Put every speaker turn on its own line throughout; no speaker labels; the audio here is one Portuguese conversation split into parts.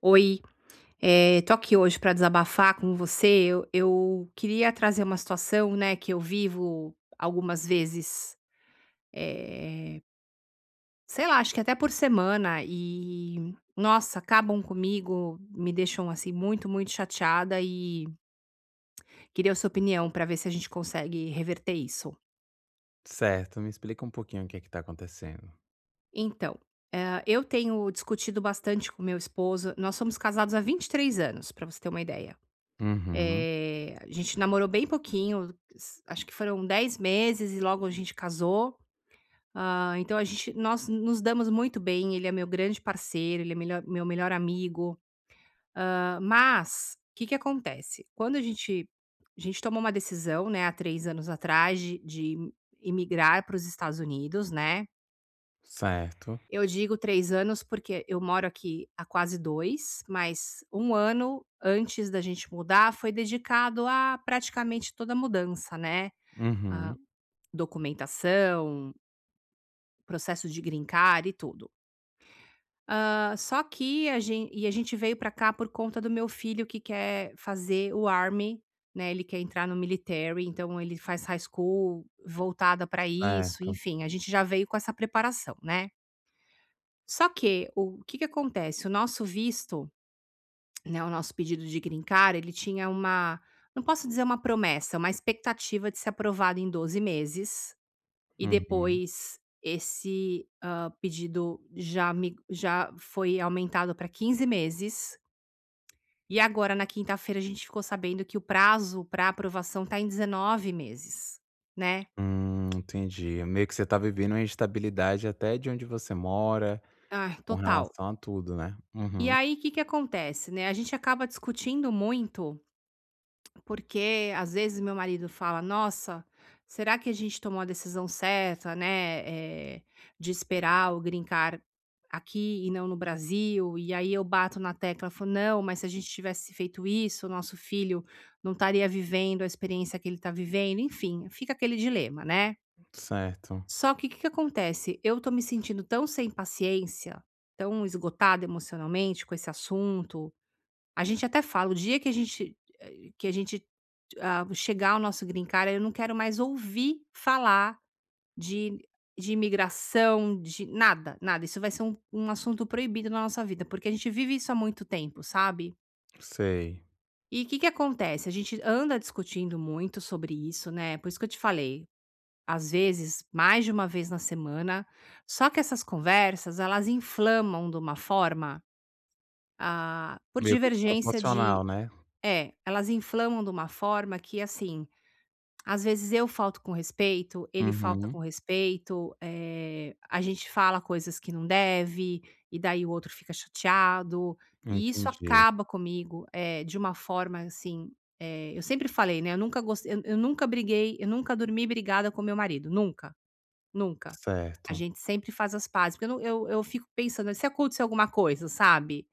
Oi, tô aqui hoje para desabafar com você. Eu queria trazer uma situação, né, que eu vivo algumas vezes, sei lá, acho que até por semana e, nossa, acabam comigo, me deixam, assim, muito, muito chateada e queria a sua opinião para ver se a gente consegue reverter isso.
Certo, me explica um pouquinho o que é que tá acontecendo.
Então, eu tenho discutido bastante com meu esposo. Nós somos casados há 23 anos, para você ter uma ideia.
Uhum,
A gente namorou bem pouquinho, s acho que foram 10 meses e logo a gente casou. Ah, então a gente nós nos damos muito bem, ele é meu grande parceiro, ele é melhor meu melhor amigo. Ah, mas o que que acontece? Quando a gente tomou uma decisão, né, há 3 anos atrás de imigrar para os Estados Unidos, né.
certo.
Eu digo 3 anos, porque eu moro aqui há quase 2, mas 1 ano antes da gente mudar foi dedicado a praticamente toda a mudança, né, a
Uhum,
documentação, processo de green card e tudo. Só que a gente veio para cá por conta do meu filho que quer fazer o Army, né, ele quer entrar no military, então ele faz high school voltada para isso,
certo.
enfim, a gente já veio com essa preparação, né. Só que o que que acontece, o nosso visto, né, o nosso pedido de green card, ele tinha uma não posso dizer uma promessa, uma expectativa de ser aprovado em 12 meses e
Uhum.
depois esse, pedido já foi aumentado para 15 meses, e agora na quinta-feira a gente ficou sabendo que o prazo para aprovação está em 19 meses, né.
Entendi. Meio que você tá vivendo uma instabilidade até de onde você mora,
Ah,
com
total.
relação a tudo, né.
E
Uhum,
aí o que que acontece, né, a gente acaba discutindo muito, porque às vezes meu marido fala: "Nossa, será que a gente tomou a decisão certa, né, de esperar o grincar aqui e não no Brasil?" E aí eu bato na tecla, falo: "Não, mas se a gente tivesse feito isso, o nosso filho não estaria vivendo a experiência que ele está vivendo", enfim, fica aquele dilema, né.
certo,
Só que o que que acontece? Eu estou me sentindo tão sem paciência, tão esgotada emocionalmente com esse assunto. A gente até fala, o dia que a gente chegar o nosso green card, eu não quero mais ouvir falar de de imigração, de nada, nada. Isso vai ser um assunto proibido na nossa vida, porque a gente vive isso há muito tempo, sabe.
sei.
E o que que acontece? A gente anda discutindo muito sobre isso, né, por isso que eu te falei, às vezes, mais de uma vez na semana, só que essas conversas, elas inflamam de uma forma, ah, por
Meio que
divergência de
desproporcional, né.
é, elas inflamam de uma forma que, assim, às vezes eu falto com respeito, ele falta
Uhum,
com respeito, a gente fala coisas que não deve, e daí o outro fica chateado, e isso
entendi.
acaba comigo, de uma forma assim, eu sempre falei, né, eu nunca gostei, eu nunca briguei, eu nunca dormi brigada com meu marido, nunca, nunca. A
Certo,
gente sempre faz as pazes, porque eu não eu eu fico pensando, se acontecer alguma coisa, sabe?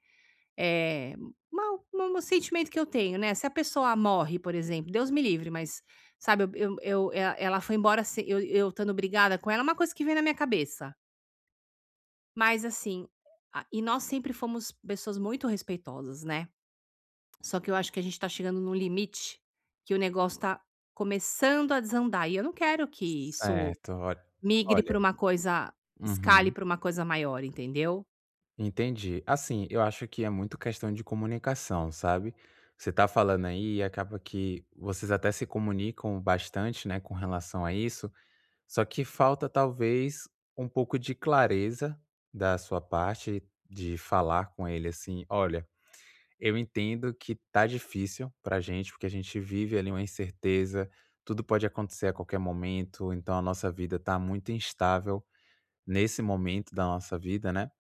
É, uma um um sentimento que eu tenho, né, se a pessoa morre, por exemplo, Deus me livre, mas, sabe, eu e ela foi embora se eu estando brigada com ela, é uma coisa que vem na minha cabeça. Mas assim, a e nós sempre fomos pessoas muito respeitosas, né, só que eu acho que a gente tá chegando num limite que o negócio tá começando a desandar e eu não quero que isso
certo. olha
migre pra
olha
uma coisa escale
uhum.
pra uma coisa maior, entendeu?
Entendi. Assim, eu acho que é muito questão de comunicação, sabe? Você tá falando aí e acaba que vocês até se comunicam bastante, né, com relação a isso, só que falta talvez um pouco de clareza da sua parte de falar com ele assim, olha, eu entendo que tá difícil pra gente, porque a gente vive ali uma incerteza, tudo pode acontecer a qualquer momento, então a nossa vida tá muito instável nesse momento da nossa vida, né?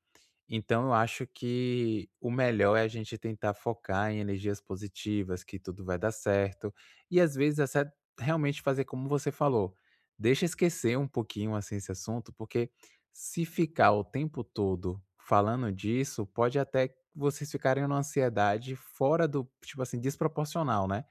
Então eu acho que o melhor é a gente tentar focar em energias positivas, que tudo vai dar certo. E às vezes essa realmente fazer como você falou, deixa esquecer um pouquinho assim esse assunto, porque se ficar o tempo todo falando disso, pode até vocês ficarem numa ansiedade fora do, tipo assim, desproporcional, né?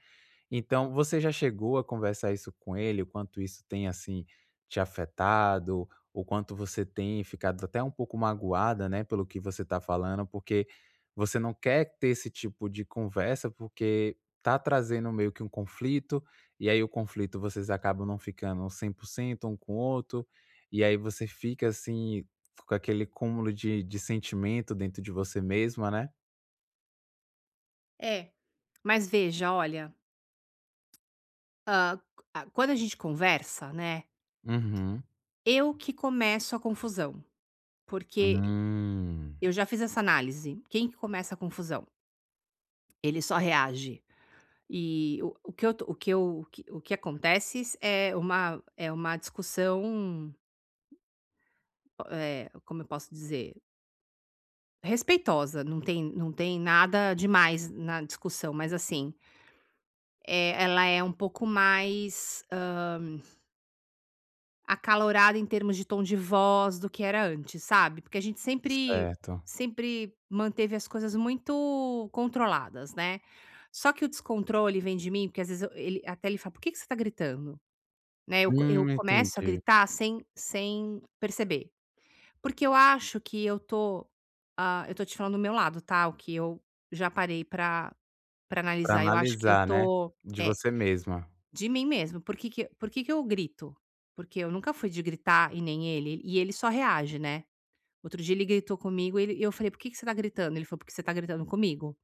Então, você já chegou a conversar isso com ele? O quanto isso tem, assim, te afetado? O quanto você tem ficado até um pouco magoada, né, pelo que você tá falando? Porque você não quer ter esse tipo de conversa, porque tá trazendo meio que um conflito, e aí o conflito vocês acabam não ficando um 100% um com o outro, e aí você fica, assim, com aquele cúmulo de sentimento dentro de você mesma, né?
É. Mas veja, olha, a quando a gente conversa, né.
Uhum.
Eu que começo a confusão, porque
Hum,
eu já fiz essa análise. Quem que começa a confusão? Ele só reage. E o que eu, to- o, que eu, o que acontece é uma, discussão, como eu posso dizer, respeitosa. Não tem nada demais na discussão, mas assim, ela é um pouco mais, acalorada em termos de tom de voz do que era antes, sabe, porque a gente sempre
certo.
sempre manteve as coisas muito controladas, né. Só que o descontrole vem de mim, porque às vezes eu ele até ele fala: "Por que que você tá gritando?", né, eu começo a
Entendi.
gritar sem perceber, porque eu acho que eu tô, eu tô te falando do meu lado, tá, o que eu já parei pra para
Pra
analisar, eu acho que eu
analisar, né,
tô
de
é.
você mesma.
De mim mesmo. Por que que eu grito? Porque eu nunca fui de gritar e nem ele, e ele só reage, né. Outro dia ele gritou comigo, e eu falei: "Por que que você tá gritando?" Ele falou: "Porque você tá gritando comigo.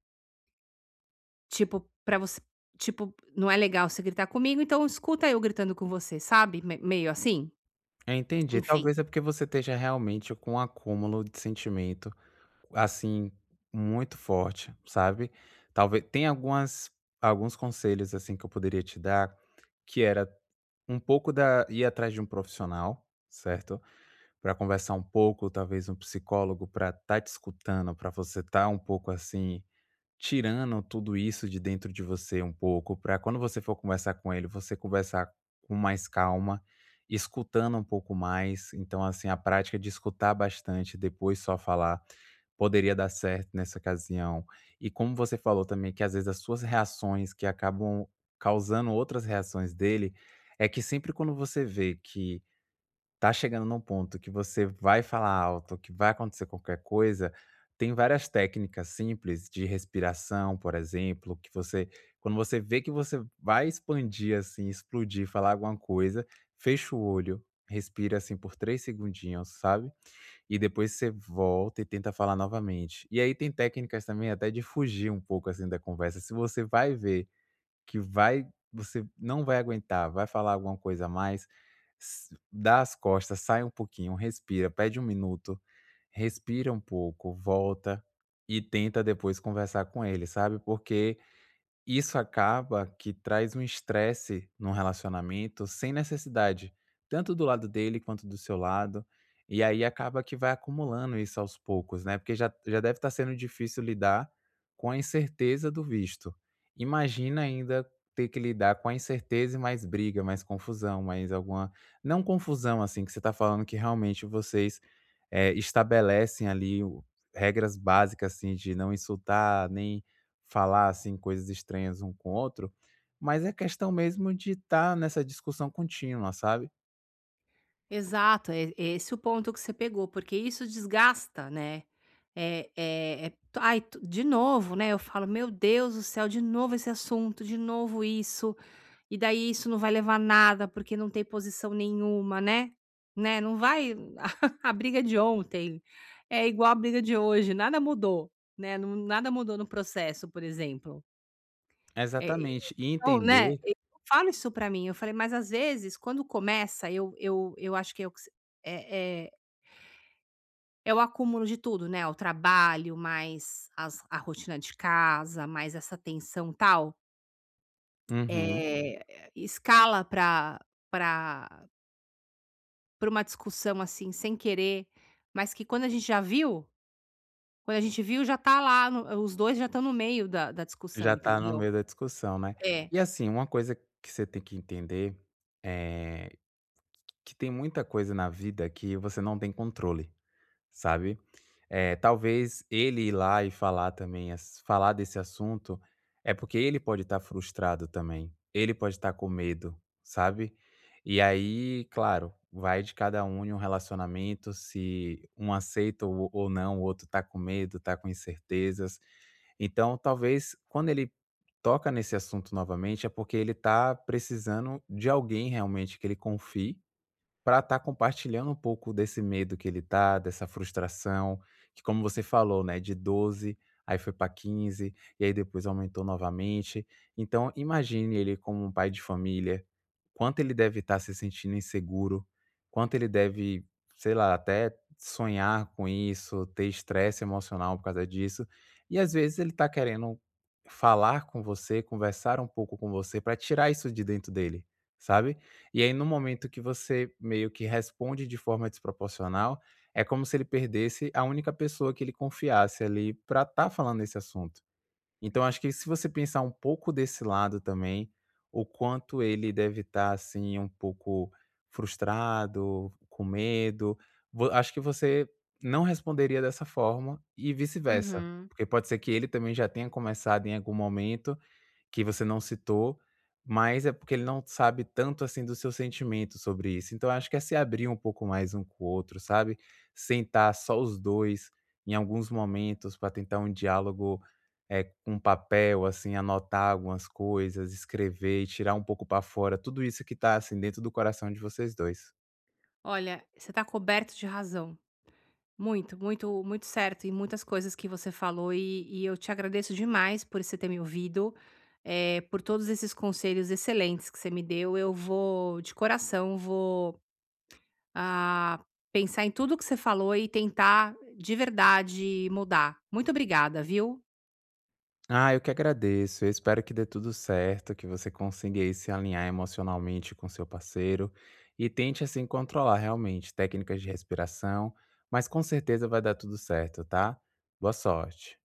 Tipo, não é legal você gritar comigo, então escuta eu gritando com você", sabe, me meio assim?
É, entendi.
Enfim.
Talvez é porque você esteja realmente com um acúmulo de sentimento, assim, muito forte, sabe. Talvez tem algumas alguns conselhos, assim, que eu poderia te dar, que era um pouco da ir atrás de um profissional, certo, pra conversar um pouco, talvez um psicólogo pra estar tá te escutando, pra você estar um pouco assim tirando tudo isso de dentro de você um pouco, para quando você for conversar com ele, você conversar com mais calma, escutando um pouco mais. Então, assim, a prática de escutar bastante, depois só falar, poderia dar certo nessa ocasião. E como você falou também que às vezes as suas reações que acabam causando outras reações dele, é que sempre quando você vê que tá chegando num ponto que você vai falar alto, que vai acontecer qualquer coisa, tem várias técnicas simples de respiração, por exemplo, que você quando você vê que você vai expandir, assim, explodir, falar alguma coisa, fecha o olho, respira, assim, por 3 segundinhos, sabe, e depois você volta e tenta falar novamente. E aí tem técnicas também até de fugir um pouco, assim, da conversa, se você vai ver que vai você não vai aguentar, vai falar alguma coisa a mais, s dá as costas, sai um pouquinho, respira, pede um minuto, respira um pouco, volta e tenta depois conversar com ele, sabe, porque isso acaba que traz um estresse num relacionamento sem necessidade, tanto do lado dele quanto do seu lado. E aí acaba que vai acumulando isso aos poucos, né? Porque já deve estar sendo difícil lidar com a incerteza do visto. Imagina ainda ter que lidar com a incerteza e mais briga, mais confusão, mais alguma. Não confusão, assim, que você está falando que realmente vocês eh, estabelecem ali regras básicas, assim, de não insultar, nem falar, assim, coisas estranhas um com o outro, mas é questão mesmo de estar nessa discussão contínua, sabe.
Exato, é esse o ponto que você pegou, porque isso desgasta, né. Ai, tu de novo, né, eu falo: "Meu Deus do céu, de novo esse assunto, de novo isso". E daí isso não vai levar a nada, porque não tem posição nenhuma, né, né, não vai a briga de ontem é igual a briga de hoje, nada mudou, né, nada mudou no processo, por exemplo. É, e
Exatamente, e
então, né,
entender.
eu falo isso pra mim, eu falei: "Mas às vezes quando começa eu acho que é é é o acúmulo de tudo, né, o trabalho, mais as a rotina de casa, mais essa tensão tal,
Uhum.
escala pra para pra uma discussão, assim, sem querer, mas que quando a gente viu já tá lá no os 2 já estão no meio da
Já
discussão,
tá no
entendeu?
meio da discussão, né.
É.
E assim, uma coisa que você tem que entender, é que tem muita coisa na vida que você não tem controle, sabe. É, talvez ele ir lá e falar também ass falar desse assunto, é porque ele pode estar frustrado também, ele pode estar com medo, sabe. E aí, claro, vai de cada um em um relacionamento, se um aceita ou não, o outro está com medo, está com incertezas. Então, talvez quando ele toca nesse assunto novamente, é porque ele está precisando de alguém realmente que ele confie para estar compartilhando um pouco desse medo que ele tá, dessa frustração, que como você falou, né, de 12, aí foi para 15 e aí depois aumentou novamente. Então imagine ele como um pai de família, quanto ele deve estar se sentindo inseguro, quanto ele deve, sei lá, até sonhar com isso, ter estresse emocional por causa disso. E às vezes ele tá querendo falar com você, conversar um pouco com você para tirar isso de dentro dele, sabe? E aí, no momento que você meio que responde de forma desproporcional, é como se ele perdesse a única pessoa que ele confiasse ali para estar falando desse assunto. Então, acho que se você pensar um pouco desse lado também, o quanto ele deve estar assim um pouco frustrado, com medo, vo acho que você não responderia dessa forma e vice-versa,
Uhum.
porque pode ser que ele também já tenha começado em algum momento que você não citou, mas é porque ele não sabe tanto, assim, do seu sentimento sobre isso. Então, eu acho que é se abrir um pouco mais um com o outro, sabe? Sentar só os 2 em alguns momentos para tentar um diálogo, é com um papel, assim, anotar algumas coisas, escrever e tirar um pouco para fora tudo isso que tá, assim, dentro do coração de vocês 2.
Olha, você tá coberto de razão. Muito, muito, muito certo. E muitas coisas que você falou, e eu te agradeço demais por você ter me ouvido, por todos esses conselhos excelentes que você me deu. Eu vou, de coração, vou ah, pensar em tudo que você falou e tentar de verdade mudar. Muito obrigada, viu?
Ah, eu que agradeço. Eu espero que dê tudo certo, que você consiga aí se alinhar emocionalmente com seu parceiro e tente assim controlar realmente técnicas de respiração, mas com certeza vai dar tudo certo, tá? Boa sorte.